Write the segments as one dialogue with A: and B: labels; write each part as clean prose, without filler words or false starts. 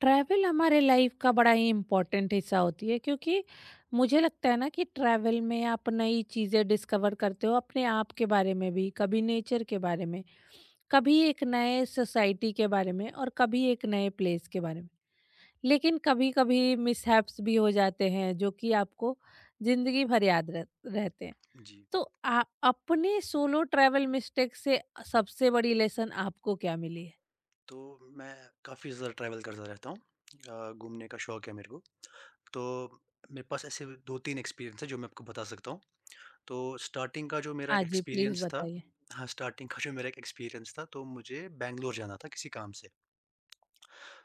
A: Travel हमारे life का बड़ा ही इम्पोर्टेंट हिस्सा होती है क्योंकि मुझे लगता है ना कि ट्रैवल में आप नई चीज़ें डिस्कवर करते हो अपने आप के बारे में भी, कभी नेचर के बारे में, कभी एक नए सोसाइटी के बारे में और कभी एक नए प्लेस के बारे में। लेकिन कभी कभी मिसहैप्स भी हो जाते हैं जो कि आपको जिंदगी भर याद रहते हैं।
B: जी,
A: तो आ, अपने सोलो ट्रैवल मिस्टेक से सबसे बड़ी लेसन आपको क्या मिली है?
B: तो मैं काफ़ी ज़्यादा ट्रैवल करता रहता हूँ। घूमने का शौक है मेरे को। तो मेरे पास ऐसे 2-3 एक्सपीरियंस है जो मैं आपको बता सकता हूँ। तो स्टार्टिंग का जो मेरा एक
A: हाँ जी, प्लीज़
B: एक्सपीरियंस था
A: बताइए।
B: हाँ, स्टार्टिंग का जो मेरा एक एक्सपीरियंस था तो मुझे बैंगलोर जाना था किसी काम से।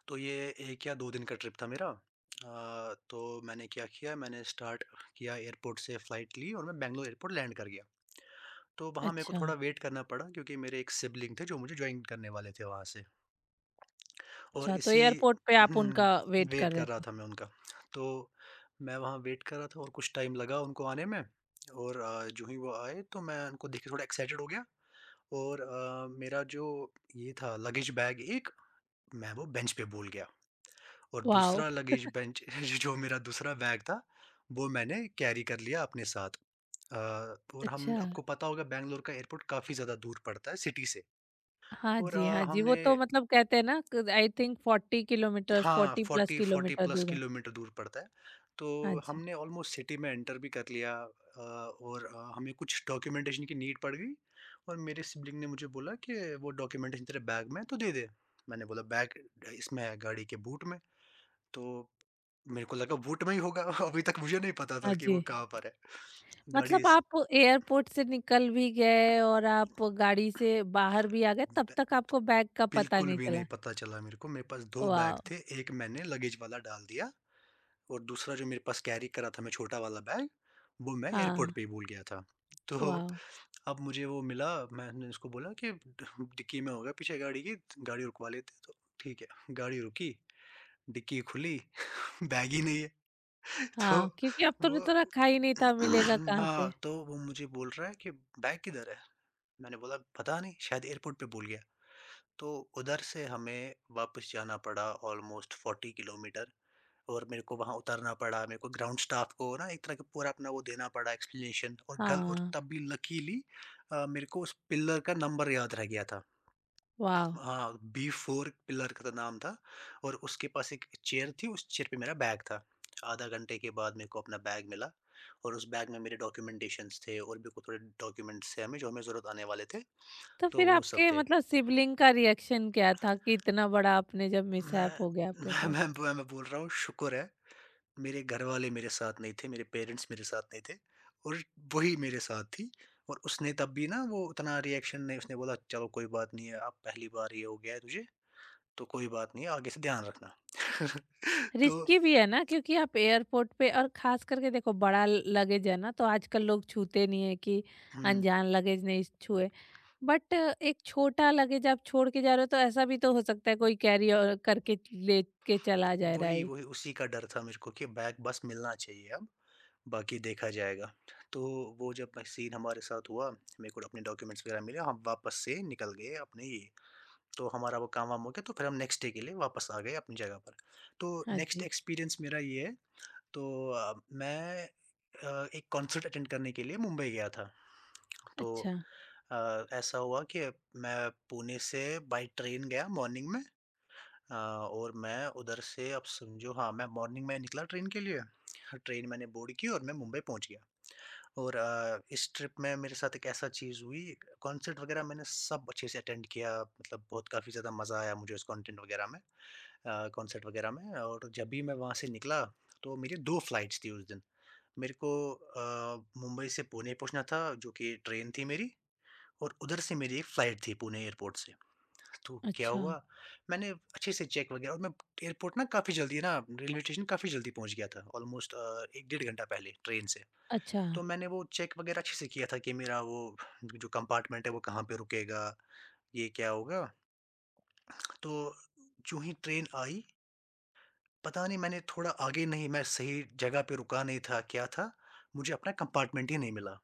B: तो ये 1 या 2 दिन का ट्रिप था मेरा। तो मैंने क्या किया मैंने स्टार्ट किया एयरपोर्ट से फ़्लाइट ली और मैं बैंगलोर एयरपोर्ट लैंड कर गया। तो वहाँ मेरे को
A: अच्छा।
B: थोड़ा वेट करना पड़ा क्योंकि मेरे एक सिबलिंग थे जो मुझे जॉइन करने वाले थे वहाँ से। और
A: अच्छा, तो
B: इसी
A: एयरपोर्ट पे आप उनका वेट कर
B: वेट
A: रहे
B: कर रहा
A: थे।
B: था मैं उनका। तो मैं वहाँ वेट कर रहा था और कुछ टाइम लगा उनको आने में और जो ही वो आए तो मैं उनको देख के थोड़ा एक्साइटेड हो गया और मेरा जो ये था लगेज बैग एक, मैं वो बेंच पे भूल गया और
A: वॉव!
B: दूसरा लगेज बेंच जो मेरा दूसरा बैग था, वो मैंने कैरी कर लिया अपने साथ। अ, और हम
A: अच्छा।
B: आपको पता होगा बैंगलोर का एयरपोर्ट काफ़ी ज़्यादा दूर पड़ता है सिटी से
A: हाँ
B: और
A: जी, हाँ
B: अ,
A: जी, वो
B: हमने
A: तो मतलब कहते हैं ना क आई थिंक 40 किलोमीटर्स,
B: हाँ,
A: 40 प्लस
B: 40-40
A: किलोमीटर
B: प्लस
A: दूर है।
B: किलोमीटर दूर पड़ता है। तो
A: हाँ जी,
B: हमने ऑलमोस्ट सिटी में एंटर भी कर लिया और हमें कुछ डॉक्यूमेंटेशन की नीड पड़ गई और मेरे सिबलिंग ने मुझे बोला कि वो डॉक्यूमेंटेशन तेरे बैग में है तो दे दे। मैंने बोला बैग इसमें है गाड़ी के बूट में। तो मेरे को लगा बूट में ही होगा अभी तक मुझे नहीं पता था
A: हाँ
B: कि वो
A: जी।
B: कहाँ पर है। गाड़ी
A: मतलब
B: इस
A: आप एयरपोर्ट से निकल भी गए और आप गाड़ी से बाहर भी आ गए, तब
B: ब
A: तक आपको बैग का पता
B: बिल्कुल
A: नहीं
B: भी नहीं
A: चला।
B: पता चला मेरे को। मेरे पास 2 बैग
A: वॉव!
B: थे, एक मैंने लगेज वाला डाल दिया। और दूसरा जो मेरे पास कैरी करा था मैं छोटा वाला बैग, वो मैं
A: हाँ,
B: एयरपोर्ट पे ही भूल गया था। तो
A: वॉव!
B: अब मुझे वो मिला, मैंने उसको बोला कि डिक्की में होगा पीछे गाड़ी की, गाड़ी रुकवा लेते हैं। तो ठीक है, गाड़ी रुकी, डिक्की खुली, बैग ही नहीं है। तो
A: हाँ, क्योंकि अब तूने
B: वो
A: तो रखा ही नहीं था, मिलेगा कहाँ से?
B: हाँ, तो वो मुझे बोल रहा है कि बैग किधर है? मैंने बोला पता नहीं, शायद एयरपोर्ट पे भूल गया। तो उधर से हमें वापस जाना पड़ा ऑलमोस्ट 40 किलोमीटर। और मेरे को वहाँ उतरना पड़ा, मेरे को ग्राउंड स्टाफ को ना एक तरह का पूरा अपना वो देना पड़ा एक्सप्लेनेशन और गल और
A: हाँ,
B: तब भी लकीली मेरे को उस पिलर का नंबर याद रह गया था।
A: वॉव!
B: हाँ, बी 4 पिलर का तो नाम था और उसके पास एक चेयर थी, उस चेयर पे मेरा बैग था। आधा घंटे के बाद मेरे को अपना बैग मिला और उस बैग में मेरे डॉक्यूमेंटेशंस थे और भी को थोड़े डॉक्यूमेंट्स थे हमें जो हमें ज़रूरत आने वाले थे,
A: तो
B: तो
A: फिर
B: वो सब
A: आपके
B: थे।
A: मतलब सिबलिंग का रिएक्शन क्या था कि इतना बड़ा आपने जब
B: मैं
A: मिसहैप हो गया आपके
B: मैं
A: साथ?
B: मैं मैं मैं बोल रहा हूँ शुक्र है मेरे घरवाले मेरे साथ नहीं थे, मेरे पेरेंट्स मेरे साथ नहीं थे और वही मेरे साथ थी और उसने तब भी ना वो उतना रिएक्शन नहीं उसने बोला चलो कोई बात नहीं है, अब पहली बार ये हो गया है तुझे, तो कोई बात नहीं है, आगे से ध्यान रखना। तो
A: रिस्की भी है ना, क्योंकि आप एयरपोर्ट पे और ख़ास करके देखो बड़ा ल लगेज है ना, तो आजकल लोग छूते नहीं है कि
B: हुँ,
A: अनजान लगेज नहीं छुए। बट एक छोटा लगेज आप छोड़ के जा रहे हो तो ऐसा भी तो हो सकता है कोई कैरी करके ले के चला जाए,
B: वही
A: राइट?
B: वही उसी का डर था मेरे को कि बैग बस मिलना चाहिए अब, बाकी देखा जाएगा। तो वो जब सीन हमारे साथ हुआ, मेरे को अपने डॉक्यूमेंट्स वगैरह मिले, हम वापस से निकल गए अपने ये तो हमारा वो काम वाम हो गया तो फिर हम नेक्स्ट डे के लिए वापस आ गए अपनी जगह पर। तो
A: हाँ
B: नेक्स्ट
A: जी।
B: एक्सपीरियंस मेरा ये है तो मैं एक कॉन्सर्ट अटेंड करने के लिए मुंबई गया था। तो
A: अच्छा,
B: ऐसा हुआ कि मैं पुणे से बाय ट्रेन गया मॉर्निंग में और मैं उधर से अब समझो हाँ, मैं मॉर्निंग में निकला ट्रेन के लिए। ट्रेन मैंने बोर्ड की और मैं मुंबई पहुँच गया। और इस ट्रिप में मेरे साथ एक ऐसा चीज़ हुई, कॉन्सर्ट वगैरह मैंने सब अच्छे से अटेंड किया, मतलब बहुत काफ़ी ज़्यादा मज़ा आया मुझे उस कंटेंट वगैरह में कॉन्सर्ट वगैरह में और जब भी मैं वहाँ से निकला, तो मेरी 2 फ्लाइट्स थी उस दिन। मेरे को मुंबई से पुणे पहुँचना था, जो कि ट्रेन थी मेरी और उधर से मेरी एक फ्लाइट थी पुणे एयरपोर्ट से। तो क्या
A: अच्छा,
B: हुआ, मैंने अच्छे से चेक वगैरह और मैं एयरपोर्ट ना काफ़ी जल्दी ना रेलवे स्टेशन काफ़ी जल्दी पहुँच गया था, ऑलमोस्ट 1 डेढ़ घंटा पहले ट्रेन से।
A: अच्छा,
B: तो मैंने वो चेक वगैरह अच्छे से किया था कि मेरा वो जो कंपार्टमेंट है वो कहाँ पे रुकेगा, ये क्या होगा। तो जूँ ही ट्रेन आई, पता नहीं मैंने थोड़ा आगे नहीं मैं सही जगह पे रुका नहीं था, क्या था, मुझे अपना कंपार्टमेंट ही नहीं मिला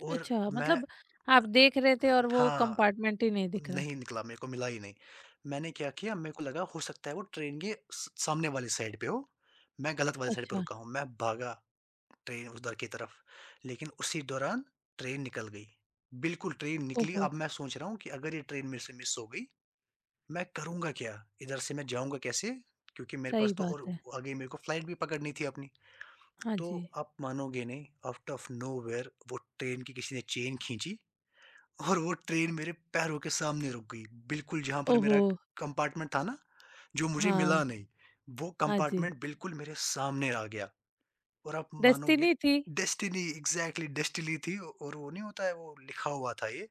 B: और
A: अच्छा
B: मैं
A: मतलब आप
B: अ अ,
A: देख रहे थे और वो
B: हाँ,
A: कंपार्टमेंट ही नहीं दिख रहा।
B: नहीं निकला, मेरे को मिला ही नहीं। मैंने क्या किया मेरे को लगा हो सकता है वो ट्रेन के स सामने वाली साइड पे हो, मैं गलत वाली साइड पे
A: अच्छा,
B: रुका हूँ, मैं भागा। ट्रेन उधर की तरफ, लेकिन उसी दौरान ट्रेन निकल गई। बिल्कुल ट्रेन निकली,
A: ओहो!
B: अब मैं सोच रहा हूँ कि अगर ये ट्रेन मेरे से मिस हो गई, मैं करूँगा क्या? इधर से मैं जाऊँगा कैसे? क्योंकि मेरे
A: सही
B: पास तो
A: बात
B: और
A: है।
B: आगे मेरे को फ्लाइट भी पकड़नी थी अपनी।
A: हाँ जी।
B: तो आप मानोगे नहीं, आउट ऑफ नोवेयर वो ट्रेन की किसी ने चेन खींची और वो ट्रेन मेरे पैरों के सामने रुक गई। बिल्कुल जहाँ पर मेरा
A: ओहो!
B: कंपार्टमेंट था ना, जो मुझे
A: हाँ,
B: मिला नहीं, वो
A: हाँ जी।
B: कंपार्टमेंट बिल्कुल मेरे सामने आ गया। और आप मानोगे
A: डेस्टिनी थी।
B: डेस्टिनी एग्ज़ैक्टली डेस्टिनी थी और वो नहीं होता है वो लिखा हुआ था ये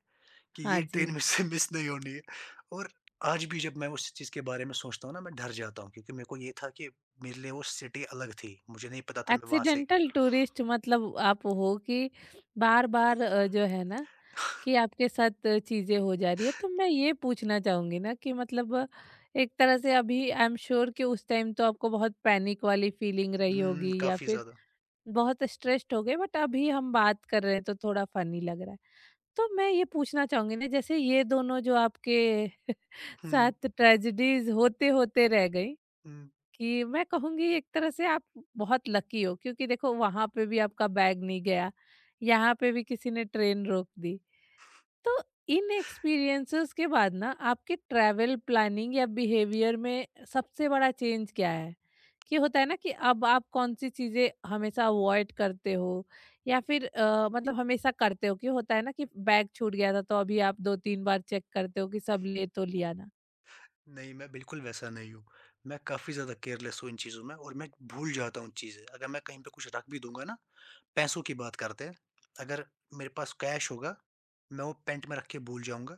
B: कि
A: हाँ
B: ये ट्रेन
A: जी।
B: मुझसे मिस नहीं होनी है और आज भी जब मैं उस चीज़ के बारे में सोचता हूँ ना मैं डर जाता हूँ क्योंकि मेरे को ये था कि मेरे लिए वो सिटी अलग थी मुझे नहीं पता था मैं वहाँ से
A: एक्सीडेंटल टूरिस्ट मतलब आप हो कि बार-बार जो है ना कि आपके साथ चीज़ें हो जा रही है। तो मैं ये पूछना चाहूँगी ना कि मतलब एक तरह से अभी आई एम श्योर कि उस टाइम तो आपको बहुत पैनिक वाली फीलिंग रही होगी या
B: काफ़ी
A: फिर
B: ज़्यादा
A: बहुत स्ट्रेस्ड हो गए, बट अभी हम बात कर रहे हैं तो थोड़ा फनी लग रहा है। तो मैं ये पूछना चाहूँगी ना, जैसे ये दोनों जो आपके
B: हुँ,
A: साथ ट्रेजेडीज होते होते रह गई,
B: हुँ।
A: कि मैं कहूँगी एक तरह से आप बहुत लकी हो, क्योंकि देखो वहाँ पे भी आपका बैग नहीं गया, यहाँ पे भी किसी ने ट्रेन रोक दी। तो इन एक्सपीरियंसेस के बाद ना आपके ट्रैवल प्लानिंग या बिहेवियर में सबसे बड़ा चेंज क्या है, कि होता है ना कि अब आप कौन सी चीज़ें हमेशा अवॉइड करते हो या फिर मतलब हमेशा करते हो, कि होता है ना कि बैग छूट गया था तो अभी आप दो तीन बार चेक करते हो कि सब ले तो लिया
B: नहीं, मैं बिल्कुल वैसा नहीं हूँ। मैं काफ़ी ज़्यादा केयरलेस हूँ इन चीज़ों में और मैं भूल जाता हूँ चीज़ें। अगर मैं कहीं पे कुछ रख भी दूँगा ना, पैसों की बात करते हैं, अगर मेरे पास कैश होगा, मैं वो पैंट में रख के भूल जाऊँगा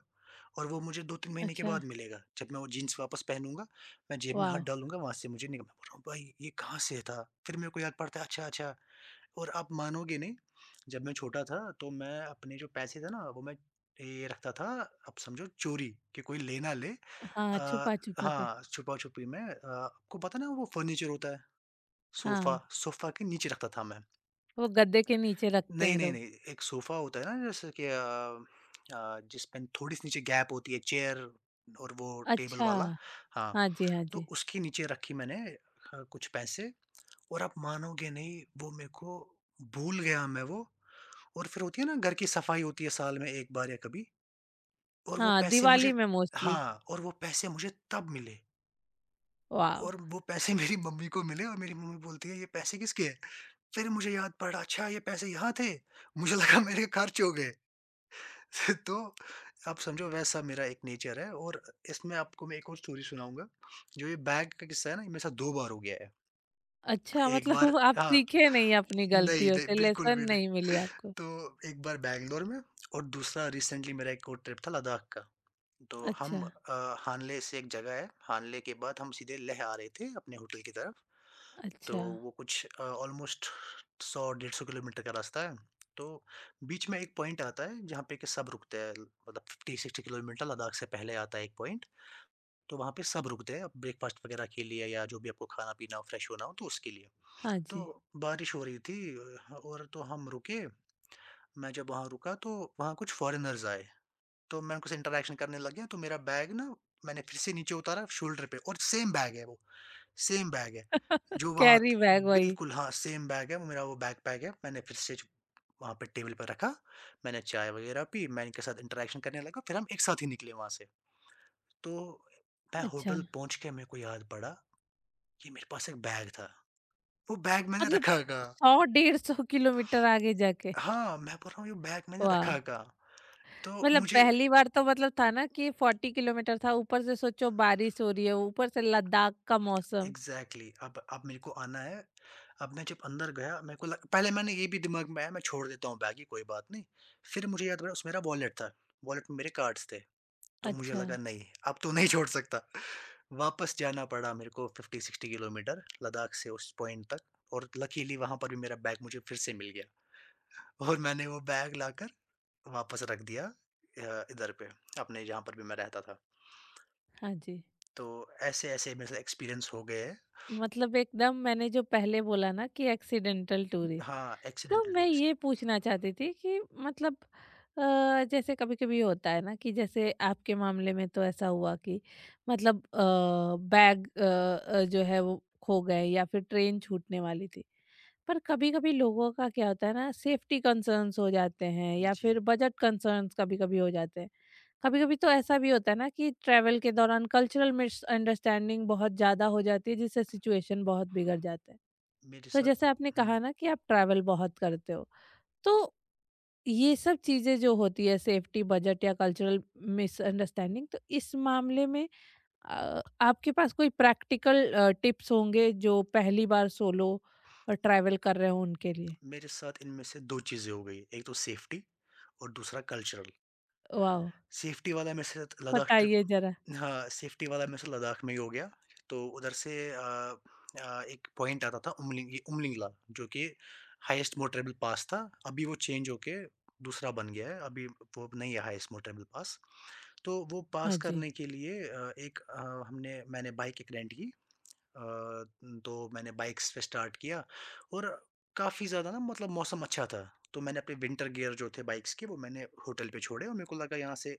B: और वो मुझे 2-3 महीने के
A: ना।
B: बाद मिलेगा। जब मैं वो जीन्स वापस पहनूँगा, मैं जेब में हाथ
A: वाव!
B: डालूँगा, वहाँ से मुझे निकल मैं बोल रहा हूँ, "भाई, ये कहाँ से था?" फिर मेरे को याद पड़ता है, "अच्छा, अच्छा।" और आप मानोगे नहीं, जब मैं छोटा था, तो मैं अपने जो पैसे थे ना, वो मैं ये रखता था, आप समझो चोरी कि कोई ले ना ले
A: हाँ,
B: अ,
A: छुपा-छुपा के।
B: हाँ, छुपा-छुपी में आपको पता है ना वो फर्नीचर होता है, सोफ़ा,
A: हाँ,
B: सोफ़ा के नीचे रखता था मैं।
A: वो गद्दे के नीचे रखते
B: नहीं,
A: हैं
B: नहीं,
A: लोग।
B: नहीं, एक सोफ़ा होता है ना जैसे कि जिसमें थोड़ी-सी नीचे गैप होती है चेयर और वो टेबल
A: अच्छा,
B: वाला, हाँ।
A: हाँ जी, हाँ
B: तो
A: जी।
B: उसके नीचे रखी मैंने कुछ पैसे और आप मानोगे नहीं वो मेरे को भूल गया मैं वो और फिर होती है ना घर की सफाई होती है साल में 1 बार या कभी और वो
A: हाँ,
B: पैसे
A: दिवाली
B: मुझे
A: में मोस्टली।
B: हाँ, और वो पैसे मुझे तब मिले।
A: वाव!
B: और वो पैसे मेरी मम्मी को मिले और मेरी मम्मी बोलती है, "ये पैसे किसके हैं?" फिर मुझे याद पड़ा, "अच्छा ये पैसे यहाँ थे, मुझे लगा मेरे खर्च हो गए।" तो आप समझो वैसा मेरा एक नेचर है और इसमें आपको मैं एक और स्टोरी सुनाऊँगा, जो ये बैग का किस्सा है ना, ये मेरे साथ 2 बार हो गया है।
A: अच्छा
B: एक
A: मतलब
B: बार
A: आप
B: हाँ,
A: सीखे नहीं अपनी
B: नहीं,
A: गलतियों
B: नहीं,
A: से,
B: बिल्कुल
A: लेसन
B: भी नहीं।
A: नहीं मिली आपको।
B: तो एक बार बैंगलोर में और दूसरा रिसेंटली मेरा एक और ट्रिप था लद्दाख का। तो हम
A: अच्छा,
B: हानले से एक जगह है, हानले के बाद हम सीधे लेह आ रहे थे अपने होटल की तरफ। तो
A: अच्छा,
B: वो कुछ ऑलमोस्ट 100 डेढ़ सौ किलोमीटर का रास्ता है। तो बीच में एक पॉइंट आता है जहाँ पे कि सब रुकते हैं मतलब 50-60 किलोमीटर लद्दाख से पहले आता है एक पॉइंट। तो वहाँ पे सब रुकते हैं ब्रेकफ़ास्ट वगैरह के लिए या जो भी आपको खाना-पीना हो, फ्रेश होना हो तो उसके लिए।
A: हाँ जी।
B: तो बारिश हो रही थी और तो हम रुके। मैं जब वहाँ रुका तो वहाँ कुछ फ़ॉरेनर्स आए। तो मैं उनके से इंटरैक्शन करने लग गया तो मेरा बैग ना मैंने फिर से नीचे उतारा शोल्डर पे और सेम बैग है वो। सेम बैग है, जो वहाँ
A: कैरी
B: त
A: बैग वही।
B: बिल्कुल हाँ, सेम बैग है, वो मेरा वो बैकपैक है। मैंने फिर से ज वहाँ पे टेबल पे रखा, मैंने चाय वग़ैरह पी, मैं इनके साथ इंटरैक्शन करने लगा, फिर हम एक साथ ही निकले वहाँ से। तो मैं
A: अच्छा,
B: होटल पहुँच के मेरे को याद पड़ा कि मेरे पास एक बैग था, वो बैग मैंने
A: मतलब
B: रखा कहाँ?
A: 100 डेढ़ 100 किलोमीटर आगे जाके।
B: हाँ, मैं बोल रहा हूँ ये बैग मैंने
A: वाह!
B: रखा कहाँ? तो
A: मतलब
B: मुझे
A: पहली बार तो मतलब था ना कि 40 किलोमीटर था, ऊपर से सोचो बारिश हो रही है, ऊपर से लद्दाख का मौसम।
B: एग्ज़ैक्टली, अब मेरे को आना है। अब मैं जब अंदर गया मेरे को लग पहले मैंने ये भी दिमाग में आया मैं छोड़ देता हूँ बैग ही, कोई बात नहीं। फिर मुझे याद पड़ा उसमें मेरा वॉलेट था, वॉलेट में मेरे कार्ड्स थे, तो मुझे
A: अच्छा।
B: लगा नहीं, अब तो नहीं छोड़ सकता। वापस जाना पड़ा मेरे को 50-60 किलोमीटर लद्दाख से उस पॉइंट तक, और लकीली वहाँ पर भी मेरा बैग मुझे फिर से मिल गया, और मैंने वो बैग लाकर वापस रख दिया इधर पे, अपने जहाँ पर भी मैं रहता था।
A: हाँ जी।
B: तो ऐसे-ऐसे मेरे साथ एक्सपीरियंस हो गए हैं।
A: मतलब एकदम मैंने जो पहले बोला ना कि एक्सीडेंटल टूरिस्ट।
B: हाँ,
A: तो
B: एक्सीडेंटल
A: मैं
B: टूरिस्ट।
A: ये पूछना चाहती थी कि मतलब जैसे कभी-कभी होता है ना कि जैसे आपके मामले में तो ऐसा हुआ कि मतलब बैग जो है वो खो गए या फिर ट्रेन छूटने वाली थी। पर कभी-कभी लोगों का क्या होता है ना, सेफ्टी कंसर्न्स हो जाते हैं या
B: जी।
A: फिर बजट कंसर्न्स कभी-कभी हो जाते हैं। कभी कभी तो ऐसा भी होता है ना कि ट्रैवल के दौरान कल्चरल मिसअंडरस्टैंडिंग बहुत ज़्यादा हो जाती है जिससे सिचुएशन बहुत बिगड़ जाता है।
B: मेरे
A: तो
B: साथ
A: जैसे आपने
B: हुँ,
A: कहा ना कि आप ट्रैवल बहुत करते हो, तो ये सब चीज़ें जो होती है, सेफ्टी, बजट या कल्चरल मिसअंडरस्टैंडिंग, तो इस मामले में आपके पास कोई प्रैक्टिकल टिप्स होंगे जो पहली बार सोलो ट्रैवल कर रहे हो उनके लिए?
B: मेरे साथ इनमें से 2 चीज़ें हो गई, एक तो सेफ्टी और दूसरा कल्चरल।
A: वाह!
B: सेफ्टी वाला मेरे साथ लद्दाख ट्रिप।
A: बताइए जरा।
B: हाँ, सेफ्टी वाला मेरे साथ लद्दाख में ही हो गया। तो उधर से एक पॉइंट आता था, उमलिंग, ये उमलिंगला, जो कि हाईएस्ट मोटरेबल पास था। अभी वो चेंज होके दूसरा बन गया है, अभी वो नहीं है हाईएस्ट मोटरेबल पास। तो वो
A: हाँ
B: पास
A: जी।
B: करने के लिए हमने मैंने बाइक एक रेंट की। अ, तो मैंने बाइक्स पे स्टार्ट किया, और काफ़ी ज़्यादा ना, मतलब मौसम अच्छा था, तो मैंने अपने विंटर गियर जो थे बाइक्स के वो मैंने होटल पे छोड़े, और मेरे को लगा यहाँ से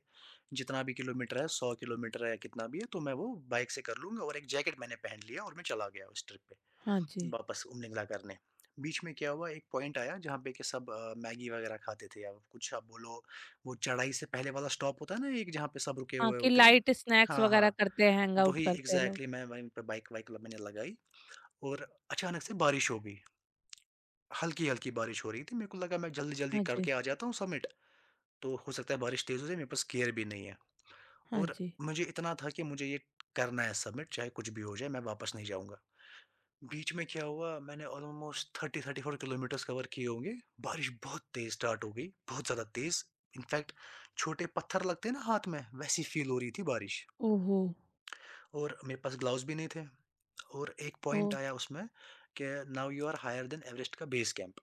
B: जितना भी किलोमीटर है, 100 किलोमीटर है या कितना भी है, तो मैं वो बाइक से कर लूँगा। और एक जैकेट मैंने पहन लिया और मैं चला गया उस ट्रिप पे,
A: हाँ जी।
B: वापस उम्लिंगला करने। बीच में क्या हुआ, एक पॉइंट आया जहाँ पे कि सब मैगी वगैरह खाते थे या कुछ, आप बोलो, वो चढ़ाई से पहले वाला स्टॉप होता है ना एक, जहाँ पे सब रुके
A: हाँ,
B: हुए
A: कि
B: होते हैं।
A: लाइट स्नैक्स
B: हाँ,
A: वगैरह
B: हाँ।
A: करते हैं, हैंगआउट
B: वही
A: करते हैं लोग।
B: एग्ज़ैक्टली, मैं वहीं पे बाइक वाइक ल मैंने लगाई। और अचानक से बारिश हो गई। हल्की-हल्की बारिश हो रही थी। मेरे को लगा मैं जल्दी-जल्दी
A: हाँ जी,
B: करके आ जाता हूँ समिट, तो हो सकता है बारिश तेज़ हो जाए, मेरे पास गियर भी नहीं है।
A: हाँ
B: और
A: जी।
B: मुझे इतना था कि मुझे ये करना है समिट, चाहे कुछ भी हो जाए मैं वापस नहीं जाऊँगा। बीच में क्या हुआ, मैंने ऑलमोस्ट 30-34 किलोमीटर्स कवर किए होंगे, बारिश बहुत तेज स्टार्ट हो गई, बहुत ज़्यादा तेज। इनफैक्ट, छोटे पत्थर लगते हैं ना हाथ में, वैसी फील हो रही थी बारिश।
A: ओहो!
B: और मेरे पास ग्लव्स भी नहीं थे। और एक पॉइंट
A: ओह!
B: आया उसमें कि now you are higher than Everest का बेस कैंप,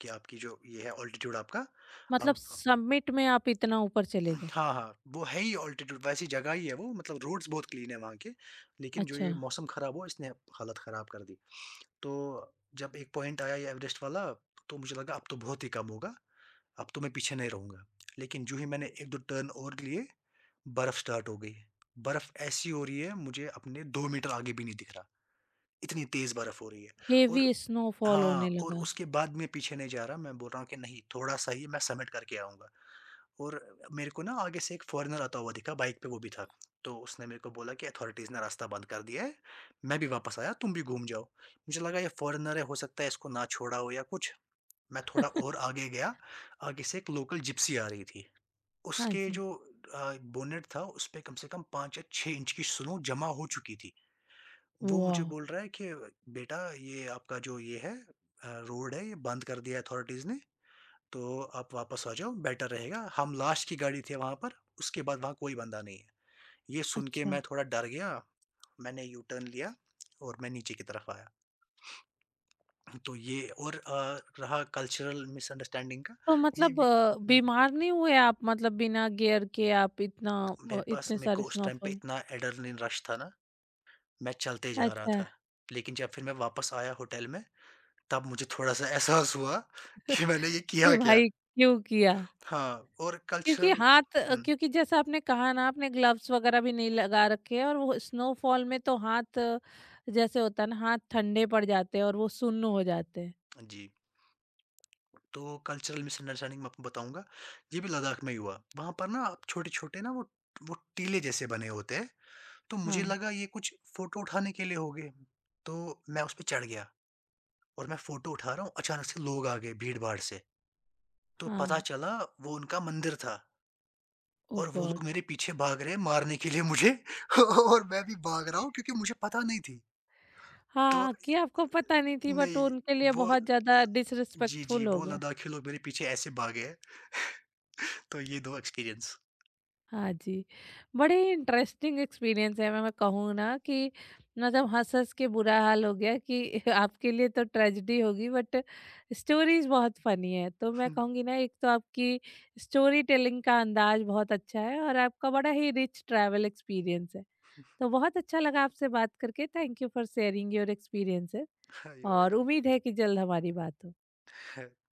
B: कि आपकी जो ये है ऑल्टीट्यूड आपका।
A: मतलब
B: अब
A: समिट में आप इतना ऊपर चले गए।
B: हाँ हाँ, वो है ही ऑल्टीट्यूड, वैसी जगह ही है वो, मतलब रोड्स बहुत क्लीन है वहाँ के। लेकिन जो
A: अच्छा,
B: ये मौसम खराब हुआ इसने हालत खराब कर दी। तो जब एक पॉइंट आया ये एवरेस्ट वाला, तो मुझे लगा अब तो बहुत ही कम होगा, अब तो मैं पीछे नहीं रहूँगा। लेकिन जो ही मैंने 1-2 टर्न और लिए, बर्फ़ स्टार्ट हो गई है। बर्फ़ ऐसी हो रही है, मुझे अपने 2 मीटर आगे भी नहीं दिख रहा, इतनी तेज़ बर्फ़ हो रही है। और
A: हेवी स्नोफॉल होने
B: हाँ, और
A: लगा।
B: उसके बाद मैं पीछे नहीं जा रहा, मैं बोल रहा हूँ कि नहीं, थोड़ा-सा ही मैं समिट करके आऊँगा। और मेरे को ना आगे से एक फ़ॉरेनर आता हुआ दिखा, बाइक पे वो भी था। तो उसने मेरे को बोला कि अथॉरिटीज़ ने रास्ता बंद कर दिया है, मैं भी वापस आया, तुम भी घूम जाओ। मुझे लगा ये फ़ॉरेनर है, हो सकता है इसको ना छोड़ा हो या कुछ। मैं थोड़ा और आगे गया, आगे से एक लोकल जिप्सी आ रही थी।
A: हाँ
B: उसके
A: जी,
B: जो बोनेट था, उस पे कम से कम 5 या 6 इंच की स्नो जमा हो चुकी थी। वो मुझे
A: वॉव!
B: बोल रहा है कि बेटा ये आपका जो ये है रोड है, ये बंद कर दिया है अथॉरिटीज़ ने। तो आप वापस आ जाओ, बेटर रहेगा। हम लास्ट की गाड़ी थे वहाँ पर, उसके बाद वहाँ कोई बंदा नहीं है। ये सुन के
A: अच्छा,
B: मैं थोड़ा डर गया, मैंने यू टर्न लिया और मैं नीचे की तरफ आया। तो ये, और रहा कल्चरल मिसअंडरस्टैंडिंग का।
A: तो
B: ये
A: मतलब
B: भी हुँ,
A: बीमार नहीं हुए आप, मतलब बिना गियर के आप इतना
B: मेरे पास,
A: इतने
B: मेरे
A: सारे
B: को उस टाइम पे
A: स्नोफॉल।
B: इतना एड्रेनलिन रश था ना, मैं चलते जा रहा
A: अच्छा,
B: था। लेकिन जब फिर मैं वापस आया होटल में, तब मुझे थोड़ा-सा एहसास हुआ कि मैंने ये
A: कि
B: किया क्या?
A: भाई क्यों किया?
B: हाँ, और
A: क्योंकि
B: कल्चरल।
A: हाथ
B: हुँ,
A: क्योंकि जैसा आपने कहा ना, आपने ग्लव्स वगैरह भी नहीं लगा रखे हैं और वो स्नोफॉल में तो हाथ जैसे होता है ना, हाथ ठंडे पड़ जाते हैं और वो सुन्न हो जाते हैं।
B: जी। तो कल्चरल मिसअंडरस्टैंडिंग मैं आपको बताऊँगा, ये भी लद्दाख में ही हुआ। वहाँ पर ना छोटे-छोटे ना वो टीले जैसे बने होते हैं, तो मुझे
A: हाँ।
B: लगा ये कुछ फ़ोटो उठाने के लिए होंगे। तो मैं उसपे चढ़ गया और मैं फ़ोटो उठा रहा हूँ, अचानक से लोग आ गए, भीड़-भाड़ से। तो पता
A: हाँ।
B: चला वो उनका मंदिर था,
A: ओ
B: और वो
A: गॉड!
B: लोग मेरे पीछे भाग रहे हैं मारने के लिए मुझे और मैं भी भाग रहा हूँ क्योंकि मुझे पता नहीं थी। तो
A: हाँ, कि आपको पता नहीं थी, बट
B: नहीं,
A: उनके लिए
B: वो,
A: बहुत ज्यादा
B: जी, जी,
A: डिसरिस्पेक्टफुल हो
B: वो
A: गया।
B: लद्दाखी लोग मेरे पीछे ऐसे भागे हैं। तो ये 2 एक्सपीरियंस।
A: हाँ जी, बड़े इंटरेस्टिंग एक्सपीरियंस है। मैं कहूँ ना कि मतलब हँस-हँस के बुरा हाल हो गया कि आपके लिए तो ट्रेजेडी होगी बट स्टोरीज़ बहुत फ़नी है। तो मैं कहूँगी ना, एक तो आपकी स्टोरी टेलिंग का अंदाज़ बहुत अच्छा है और आपका बड़ा ही रिच ट्रैवल एक्सपीरियंस है। तो बहुत अच्छा लगा आपसे बात करके, thank you for sharing your experiences
B: You're
A: और उम्मीद है कि जल्द हमारी बात हो।
B: welcome.